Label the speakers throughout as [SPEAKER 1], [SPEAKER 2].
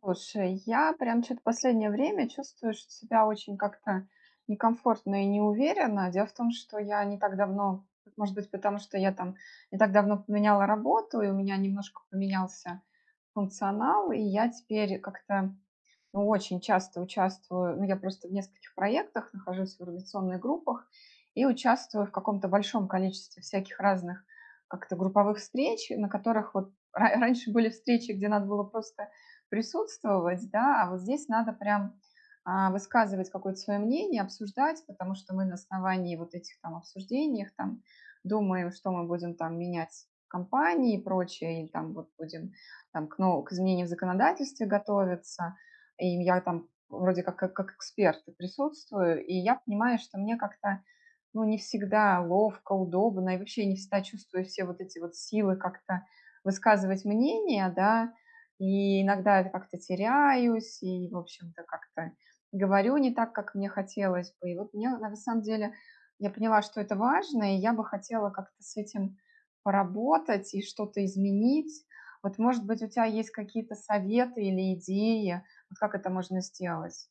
[SPEAKER 1] Слушай, я прям что то последнее время чувствую ш себя очень как-то некомфортно и неуверенно. Дело в том, что я не так давно, может быть, потому что я там не так давно поменяла работу, и у меня немножко поменялся функционал, и я теперь как-то ну, очень часто участвую, ну, я просто в нескольких проектах, нахожусь в организационных группах и участвую в каком-то большом количестве всяких разных как-то групповых встреч, на которых вот раньше были встречи, где надо было просто присутствовать, да, а вот здесь надо прям высказывать какое-то свое мнение, обсуждать, потому что мы на основании вот этих там обсуждений, там, думаем, что мы будем там менять в компании и прочее, или там вот будем там, к изменениям в законодательстве готовиться, и я там вроде как эксперт присутствую, и я понимаю, что мне как-то ну, не всегда ловко, удобно, и вообще я не всегда чувствую все вот эти вот силы как-то высказывать мнение, да, и иногда я как-то теряюсь, и, в общем-то, как-то говорю не так, как мне хотелось бы. И вот мне, на самом деле, я поняла, что это важно, и я бы хотела как-то с этим поработать и что-то изменить. Вот, может быть, у тебя есть какие-то советы или идеи, как это можно сделать?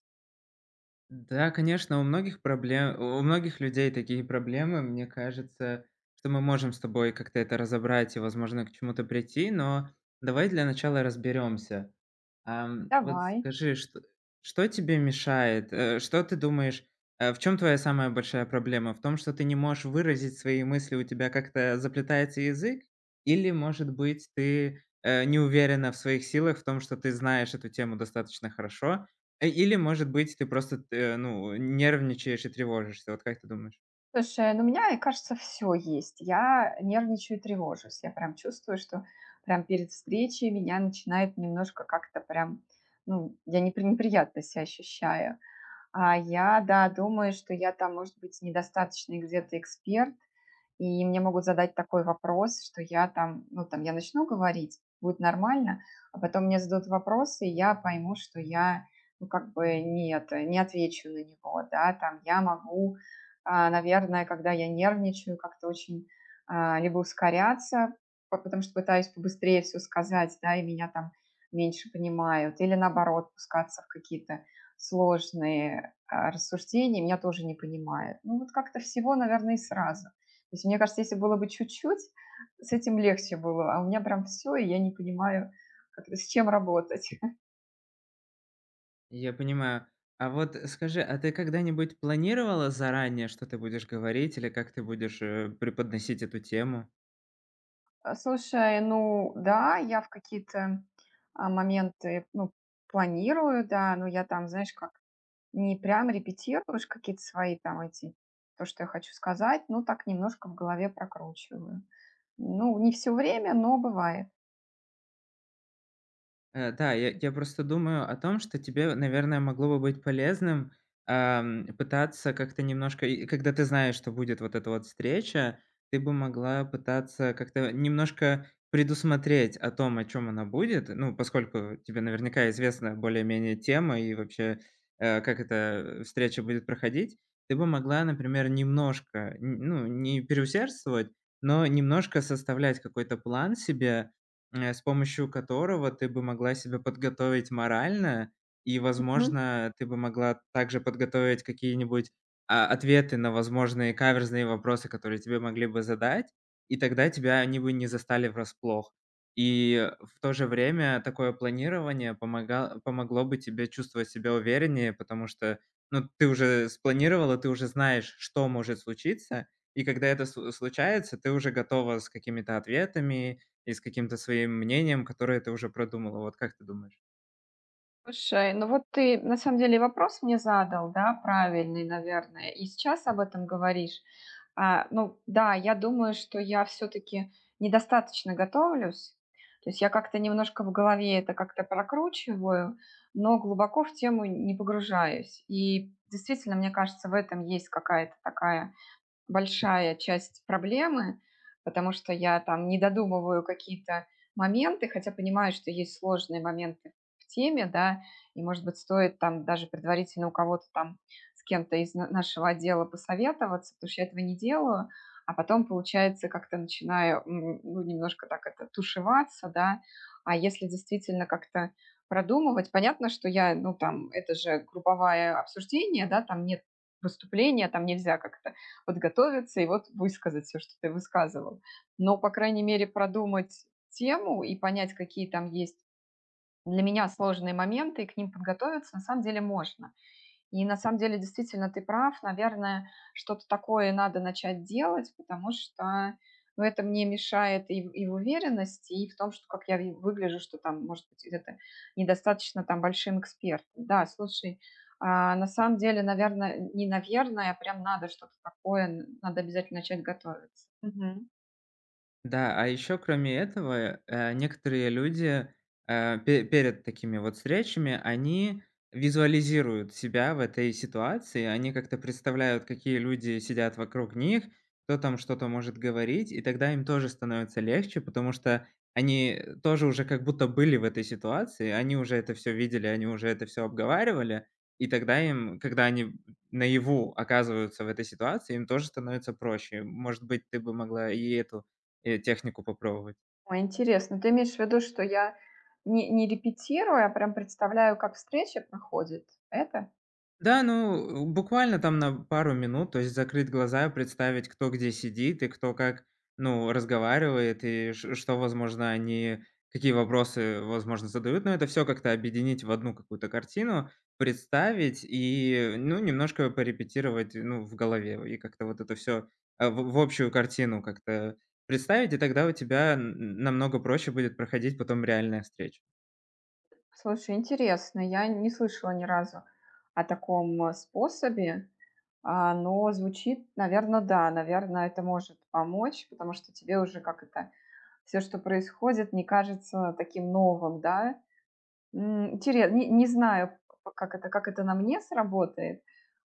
[SPEAKER 2] Да, конечно, у многих проблем, у многих людей такие проблемы. Мне кажется, что мы можем с тобой как-то это разобрать и, возможно, к чему-то прийти, но давай для начала разберемся. Вот
[SPEAKER 1] Давай.
[SPEAKER 2] скажи, что тебе мешает? Э, что ты думаешь, в чем твоя самая большая проблема? В том, что ты не можешь выразить свои мысли, у тебя как-то заплетается язык? Или, может быть, ты, не уверена в своих силах, в том, что ты знаешь эту тему достаточно хорошо? Э, или, может быть, ты просто т ну, нервничаешь и тревожишься? Вот как ты думаешь?
[SPEAKER 1] Слушай, ну у меня, и кажется, все есть. Я нервничаю и тревожусь. Я прям чувствую, что прям перед встречей меня начинает немножко как-то прям, ну, я неприятно себя ощущаю. А я, да, думаю, что я там, может быть, недостаточный где-то эксперт, и мне могут задать такой вопрос, что я там, ну, там, я начну говорить, будет нормально, а потом мне зададут вопросы, и я пойму, что я, ну, как бы нет, не отвечу на него, да, там, я могу, наверное, когда я нервничаю, как-то очень либо ускоряться, потому что пытаюсь побыстрее все сказать, да, и меня там меньше понимают, или наоборот, пускаться в какие-то сложные рассуждения, меня тоже не понимают. Ну, вот как-то всего, наверное, и сразу. То есть, мне кажется, если было бы чуть-чуть, с этим легче было. А у меня прям все, и я не понимаю, как с чем работать.
[SPEAKER 2] Я понимаю. А вот скажи, а ты когда-нибудь планировала заранее, что ты будешь говорить или как ты будешь, преподносить эту тему?
[SPEAKER 1] Слушай, ну да, я в какие-то, моменты, ну, планирую, да, но я там, знаешь, как не прям репетируешь какие-то свои там эти, то, что я хочу сказать, ну, так немножко в голове прокручиваю. Ну, не все время, но бывает.
[SPEAKER 2] Э, да, я просто думаю о том, что тебе, наверное, могло бы быть полезным, пытаться как-то немножко и когда ты знаешь, что будет вот эта вот встреча, ты бы могла пытаться как-то немножко предусмотреть о том, о чем она будет. Ну, поскольку тебе наверняка известна более-менее тема и вообще, как эта встреча будет проходить. Ты бы могла, например, немножко, н ну, не переусердствовать, но немножко составлять какой-то план себе, с помощью которого ты бы могла себя подготовить морально, и,
[SPEAKER 1] Мгм.
[SPEAKER 2] возможно, ты бы могла также подготовить какие-нибудь, ответы на возможные каверзные вопросы, которые тебе могли бы задать, и тогда тебя они бы не застали врасплох. И в то же время такое планирование помогало помогло бы тебе чувствовать себя увереннее, потому что, ну, ты уже спланировала, ты уже знаешь, что может случиться, и когда это случается, ты уже готова с какими-то ответами и с каким-то своим мнением, которое ты уже продумала. Вот как ты думаешь?
[SPEAKER 1] Слушай, ну вот ты на самом деле вопрос мне задал, да, правильный, наверное, и сейчас об этом говоришь. Ну да, я думаю, что я все-таки недостаточно готовлюсь. То есть я как-то немножко в голове это как-то прокручиваю, но глубоко в тему не погружаюсь. И действительно, мне кажется, в этом есть какая-то такая большая часть проблемы, потому что я там не додумываю какие-то моменты, хотя понимаю, что есть сложные моменты в теме, да, и, может быть, стоит там даже предварительно у кого-то там с кем-то из нашего отдела посоветоваться, потому что я этого не делаю, а потом, получается, как-то начинаю, ну, немножко так это тушеваться, да, а если действительно как-то продумывать, понятно, что я, ну, там, это же групповое обсуждение, да, там нет выступления, там нельзя как-то подготовиться и вот высказать все, что ты высказывал. Но, по крайней мере, продумать тему и понять, какие там есть для меня сложные моменты, и к ним подготовиться на самом деле можно. И на самом деле, действительно, ты прав. Наверное, что-то такое надо начать делать, потому что ну, это мне мешает и, и в уверенности, и в том, что как я выгляжу, что там, может быть, это недостаточно там большим экспертом. Да, слушай, на самом деле, наверное, не наверное, а прям надо что-то такое, надо обязательно начать готовиться. Мгм.
[SPEAKER 2] Да, а еще кроме этого, некоторые люди, э, пе перед такими вот встречами, они визуализируют себя в этой ситуации. Они как-то представляют, какие люди сидят вокруг них, кто там что-то может говорить, и тогда им тоже становится легче, потому что они тоже уже как будто были в этой ситуации, они уже это все видели, они уже это все обговаривали, и тогда им, когда они наяву оказываются в этой ситуации, им тоже становится проще. Может быть, ты бы могла и эту технику попробовать.
[SPEAKER 1] Ой, интересно, ты имеешь в виду, что я не репетирую, а прям представляю, как встреча проходит? Это?
[SPEAKER 2] Да, ну, буквально там на пару минут, то есть закрыть глаза, представить, кто где сидит и кто как, ну, разговаривает, и ш что, возможно, они какие вопросы, возможно, задают. Но это все как-то объединить в одну какую-то картину, представить и, ну, немножко порепетировать, ну, в голове. И как-то вот это все в общую картину как-то представить, и тогда у тебя н намного проще будет проходить потом реальная встреча.
[SPEAKER 1] Слушай, интересно, я не слышала ни разу о таком способе, но звучит, наверное, да, наверное, это может помочь, потому что тебе уже как это все, что происходит, не кажется таким новым, да? Интересно, не знаю, как это на мне сработает,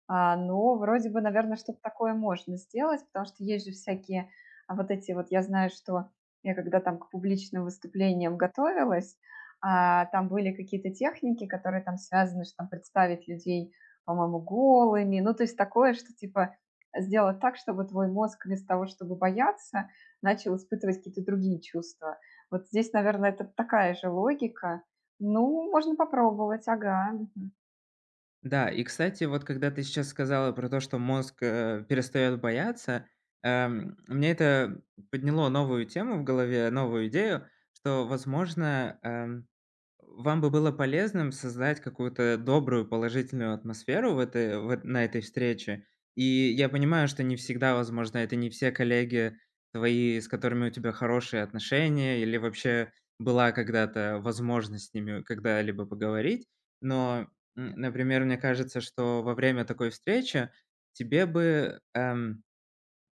[SPEAKER 1] ну, вроде бы, наверное, что-то такое можно сделать, потому что есть же всякие вот эти вот, я знаю, что я когда там к публичным выступлениям готовилась, там были какие-то техники, которые там связаны, что там представить людей, по-моему, голыми, ну, то есть такое, что типа сделать так, чтобы твой мозг вместо того, чтобы бояться, начал испытывать какие-то другие чувства. Вот здесь, наверное, это такая же логика. Ну, можно попробовать, ага.
[SPEAKER 2] Да, и, кстати, вот когда ты сейчас сказала про то, что мозг, перестает бояться, мне это подняло новую тему в голове, новую идею, что, возможно, вам бы было полезным создать какую-то добрую, положительную атмосферу в этой в эт на этой встрече. И я понимаю, что не всегда возможно, это не все коллеги твои, с которыми у тебя хорошие отношения, или вообще была когда-то возможность с ними когда-либо поговорить. Но, например, мне кажется, что во время такой встречи тебе бы,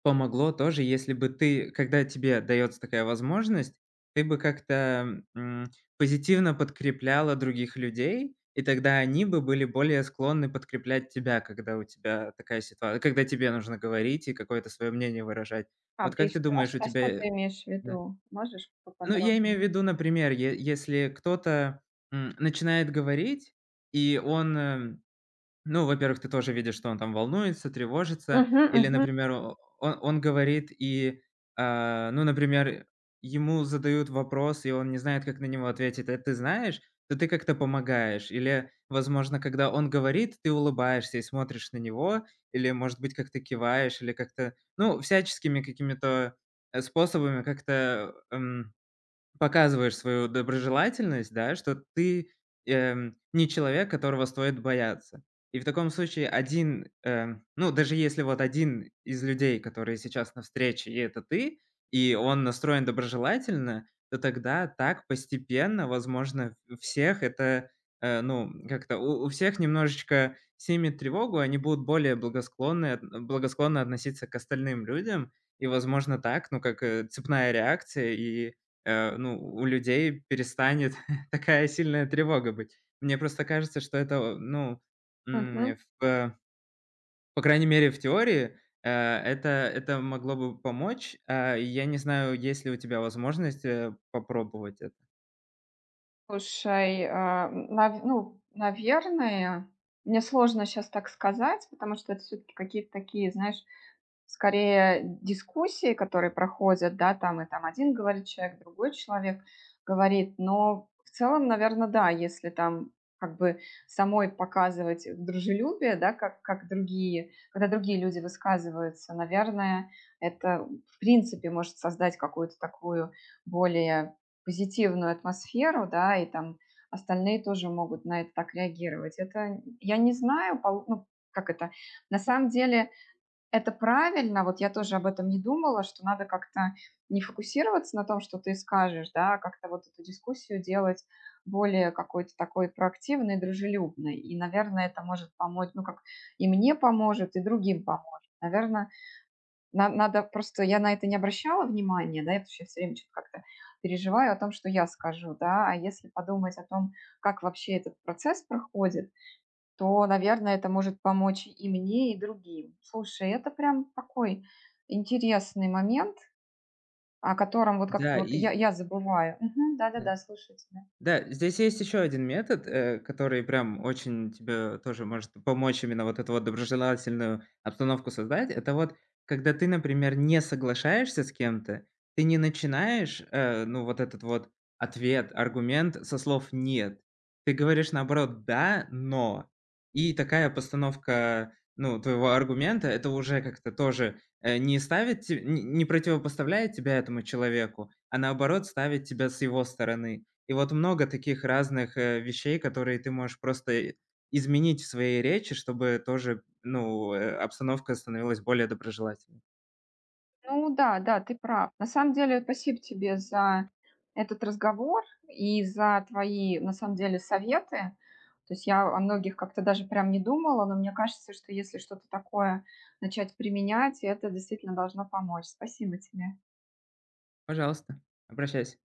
[SPEAKER 2] помогло тоже, если бы ты, когда тебе дается такая возможность, ты бы как-то, позитивно подкрепляла других людей, и тогда они бы были более склонны подкреплять тебя, когда у тебя такая ситуация, когда тебе нужно говорить и какое-то свое мнение выражать.
[SPEAKER 1] А
[SPEAKER 2] Вот
[SPEAKER 1] ты
[SPEAKER 2] как ты думаешь, у
[SPEAKER 1] а что
[SPEAKER 2] тебя
[SPEAKER 1] ты имеешь в
[SPEAKER 2] да.
[SPEAKER 1] виду? Можешь
[SPEAKER 2] Ну, я имею
[SPEAKER 1] поподробнее?
[SPEAKER 2] в виду, например, е если кто-то, начинает говорить, и он, ну, во-первых, ты тоже видишь, что он там волнуется, тревожится.
[SPEAKER 1] Мгм,
[SPEAKER 2] Или,
[SPEAKER 1] мгм,
[SPEAKER 2] например, о он говорит и, ну, например, ему задают вопрос, и он не знает, как на него ответить. Это ты знаешь? То ты как-то помогаешь. Или, возможно, когда он говорит, ты улыбаешься и смотришь на него, или, может быть, как-то киваешь, или как-то, ну, всяческими какими-то, способами как-то, показываешь свою доброжелательность, да, что ты, не человек, которого стоит бояться. И в таком случае один, ну, даже если вот один из людей, которые сейчас на встрече, и это ты, и он настроен доброжелательно, то тогда так постепенно, возможно, у всех это, ну, как-то у всех немножечко снимет тревогу, они будут более благосклонны от благосклонно относиться к остальным людям. И, возможно, так, ну, как, цепная реакция, и ну, у людей перестанет такая сильная тревога быть. Мне просто кажется, что это, ну, м,
[SPEAKER 1] мгм.
[SPEAKER 2] в по крайней мере, в теории, это могло бы помочь. А, я не знаю, есть ли у тебя возможность, попробовать это.
[SPEAKER 1] Слушай, а, нав ну, наверное, мне сложно сейчас так сказать, потому что это все таки какие-то такие, знаешь скорее дискуссии, которые проходят, да, там и там один говорит человек, другой человек говорит, но в целом, наверное, да, если там как бы самой показывать дружелюбие, да, как другие, когда другие люди высказываются, наверное, это в принципе может создать какую-то такую более позитивную атмосферу, да, и там остальные тоже могут на это так реагировать. Это я не знаю, ну, как это, на самом деле, это правильно. Вот я тоже об этом не думала, что надо как-то не фокусироваться на том, что ты скажешь, да, а как-то вот эту дискуссию делать более какой-то такой проактивной, дружелюбной. И, наверное, это может помочь, ну, как и мне поможет, и другим поможет. Наверное, надо просто, я на это не обращала внимания, да, я вообще все время что-то как-то переживаю о том, что я скажу, да, а если подумать о том, как вообще этот процесс проходит, то, наверное, это может помочь и мне, и другим. Слушай, это прям такой интересный момент, о котором вот как-то
[SPEAKER 2] Да,
[SPEAKER 1] вот я,
[SPEAKER 2] и
[SPEAKER 1] я забываю. Мгм,
[SPEAKER 2] да.
[SPEAKER 1] да-да-да, слушаю тебя.
[SPEAKER 2] Да, здесь есть еще один метод, который прям очень тебе тоже может помочь именно вот эту вот доброжелательную обстановку создать. Это вот когда ты, например, не соглашаешься с кем-то, ты не начинаешь, ну, вот этот вот ответ, аргумент со слов «нет». Ты говоришь, наоборот: «Да, но». И такая постановка, ну, твоего аргумента, это уже как-то тоже, не ставит те не противопоставляет тебя этому человеку, а наоборот ставит тебя с его стороны. И вот много таких разных, вещей, которые ты можешь просто, изменить в своей речи, чтобы тоже, ну, обстановка становилась более доброжелательной.
[SPEAKER 1] Ну да, да, ты прав. На самом деле, спасибо тебе за этот разговор и за твои, на самом деле, советы. То есть я о многих как-то даже прям не думала, но мне кажется, что если что-то такое начать применять, это действительно должно помочь. Спасибо тебе.
[SPEAKER 2] Пожалуйста, обращайся.